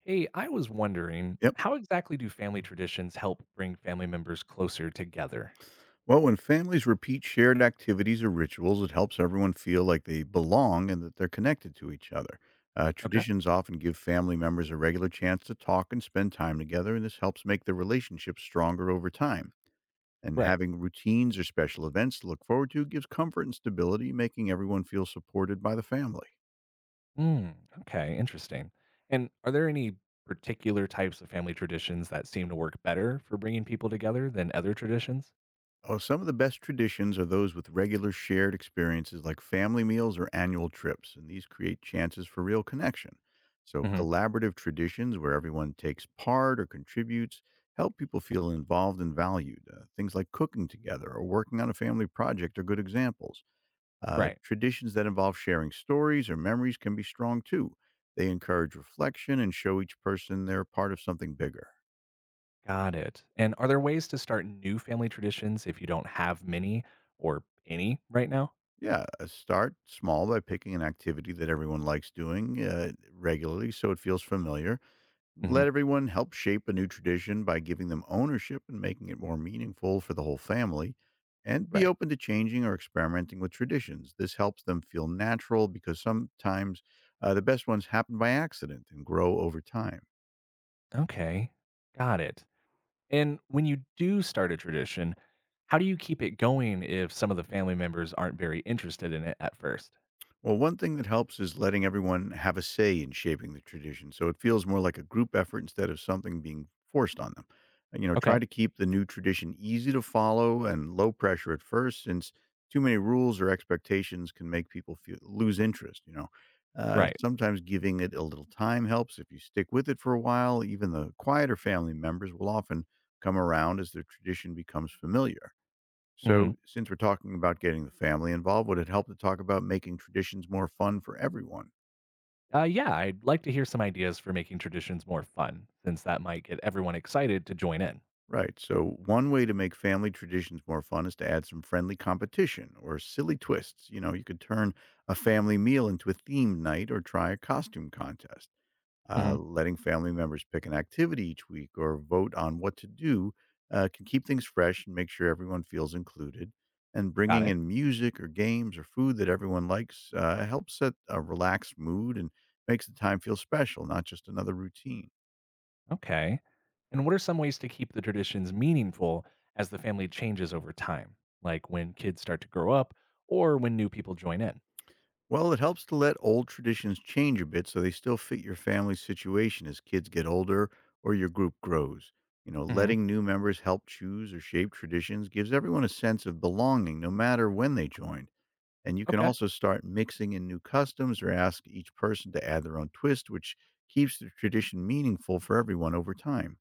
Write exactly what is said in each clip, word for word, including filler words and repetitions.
Hey, I was wondering, Yep. how exactly do family traditions help bring family members closer together? Well, when families repeat shared activities or rituals, it helps everyone feel like they belong and that they're connected to each other. Uh, Okay. Traditions often give family members a regular chance to talk and spend time together, and this helps make the relationship stronger over time. And Right. having routines or special events to look forward to gives comfort and stability, making everyone feel supported by the family. Mm, okay, interesting. And are there any particular types of family traditions that seem to work better for bringing people together than other traditions? Oh, some of the best traditions are those with regular shared experiences like family meals or annual trips, and these create chances for real connection. So, Hmm. collaborative traditions where everyone takes part or contributes help people feel involved and valued. Uh, things like cooking together or working on a family project are good examples. Uh, Right. Traditions that involve sharing stories or memories can be strong too. They encourage reflection and show each person they're part of something bigger. Got it. And are there ways to start new family traditions if you don't have many or any right now? Yeah, uh, start small by picking an activity that everyone likes doing uh, regularly so it feels familiar. Hmm. Let everyone help shape a new tradition by giving them ownership and making it more meaningful for the whole family. And be Right. open to changing or experimenting with traditions. This helps them feel natural because sometimes uh, the best ones happen by accident and grow over time. Okay. Got it. And when you do start a tradition, how do you keep it going if some of the family members aren't very interested in it at first? Well, one thing that helps is letting everyone have a say in shaping the tradition so it feels more like a group effort instead of something being forced on them. Uh, You know, try Okay. to keep the new tradition easy to follow and low pressure at first, since too many rules or expectations can make people feel, lose interest. You know, uh, Right. Sometimes giving it a little time helps. If you stick with it for a while, even the quieter family members will often come around as their tradition becomes familiar. So, Hmm. since we're talking about getting the family involved, would it help to talk about making traditions more fun for everyone? Uh, yeah, I'd like to hear some ideas for making traditions more fun, since that might get everyone excited to join in. Right. So, one way to make family traditions more fun is to add some friendly competition or silly twists. You know, you could turn a family meal into a themed night or try a costume contest. Uh, hmm. Letting family members pick an activity each week or vote on what to do uh, can keep things fresh and make sure everyone feels included. And Got bringing it. in music or games or food that everyone likes uh, helps set a relaxed mood and makes the time feel special, not just another routine. Okay. And what are some ways to keep the traditions meaningful as the family changes over time, like when kids start to grow up or when new people join in? Well, it helps to let old traditions change a bit so they still fit your family's situation as kids get older or your group grows. You know, Hmm. letting new members help choose or shape traditions gives everyone a sense of belonging no matter when they joined. And you can Okay. also start mixing in new customs or ask each person to add their own twist, which keeps the tradition meaningful for everyone over time.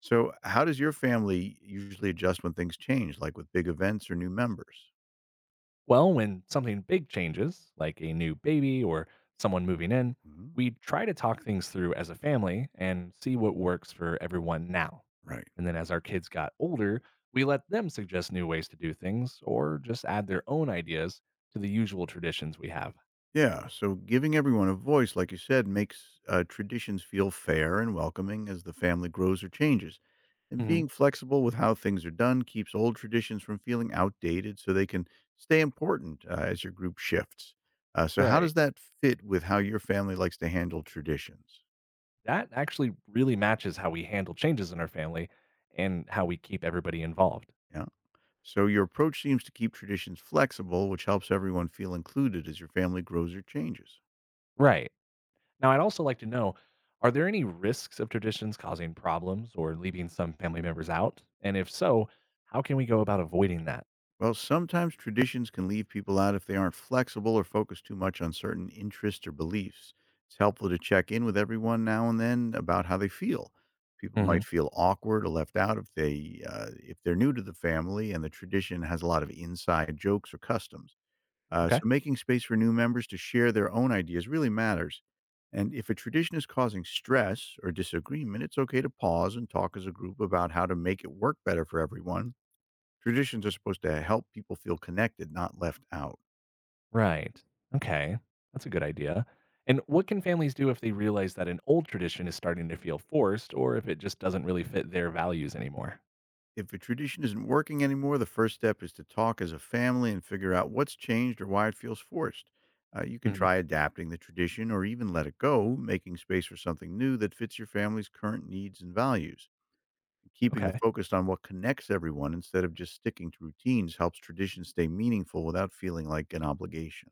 So, how does your family usually adjust when things change, like with big events or new members? Well, when something big changes, like a new baby or someone moving in, Mhm. we try to talk things through as a family and see what works for everyone now. Right. And then as our kids got older, we let them suggest new ways to do things or just add their own ideas to the usual traditions we have. Yeah, so giving everyone a voice, like you said, makes uh, traditions feel fair and welcoming as the family grows or changes. And Hmm. being flexible with how things are done keeps old traditions from feeling outdated so they can stay important uh, as your group shifts. Uh, so, how Right. does that fit with how your family likes to handle traditions? That actually really matches how we handle changes in our family and how we keep everybody involved. Yeah. So, your approach seems to keep traditions flexible, which helps everyone feel included as your family grows or changes. Right. Now, I'd also like to know, are there any risks of traditions causing problems or leaving some family members out? And if so, how can we go about avoiding that? Well, sometimes traditions can leave people out if they aren't flexible or focus too much on certain interests or beliefs. It's helpful to check in with everyone now and then about how they feel. People Hmm. might feel awkward or left out if they uh, if they're new to the family and the tradition has a lot of inside jokes or customs. Uh, so Okay. making space for new members to share their own ideas really matters. And if a tradition is causing stress or disagreement, it's okay to pause and talk as a group about how to make it work better for everyone. Traditions are supposed to help people feel connected, not left out. Right. Okay. That's a good idea. And what can families do if they realize that an old tradition is starting to feel forced or if it just doesn't really fit their values anymore? If a tradition isn't working anymore, the first step is to talk as a family and figure out what's changed or why it feels forced. Uh, you can Hmm. try adapting the tradition or even let it go, making space for something new that fits your family's current needs and values. Keeping the Okay. focus on what connects everyone instead of just sticking to routines helps traditions stay meaningful without feeling like an obligation.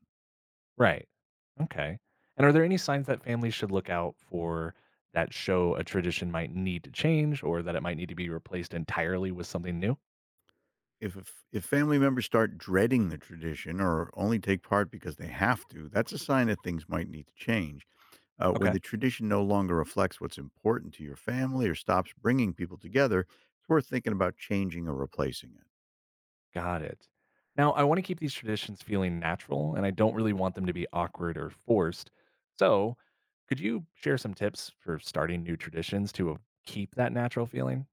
Right. Okay. And are there any signs that families should look out for that show a tradition might need to change or that it might need to be replaced entirely with something new? If if if family members start dreading the tradition or only take part because they have to, that's a sign that things might need to change. Uh, when Okay. the tradition no longer reflects what's important to your family or stops bringing people together, it's worth thinking about changing or replacing it. Got it. Now, I want to keep these traditions feeling natural and I don't really want them to be awkward or forced. So, could you share some tips for starting new traditions to uh, keep that natural feeling?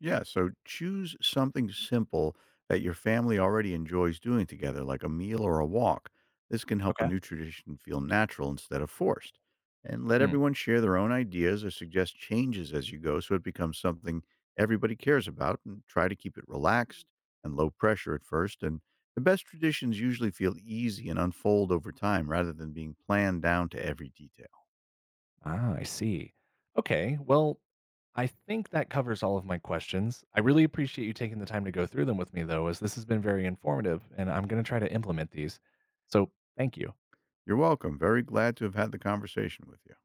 Yeah, so choose something simple that your family already enjoys doing together, like a meal or a walk. This can help a Okay. new tradition feel natural instead of forced. And let Hmm. everyone share their own ideas or suggest changes as you go so it becomes something everybody cares about and try to keep it relaxed and low pressure at first. And the best traditions usually feel easy and unfold over time rather than being planned down to every detail. Ah, I see. Okay. Well, I think that covers all of my questions. I really appreciate you taking the time to go through them with me, though, as this has been very informative and I'm going to try to implement these. So, thank you. You're welcome. Very glad to have had the conversation with you.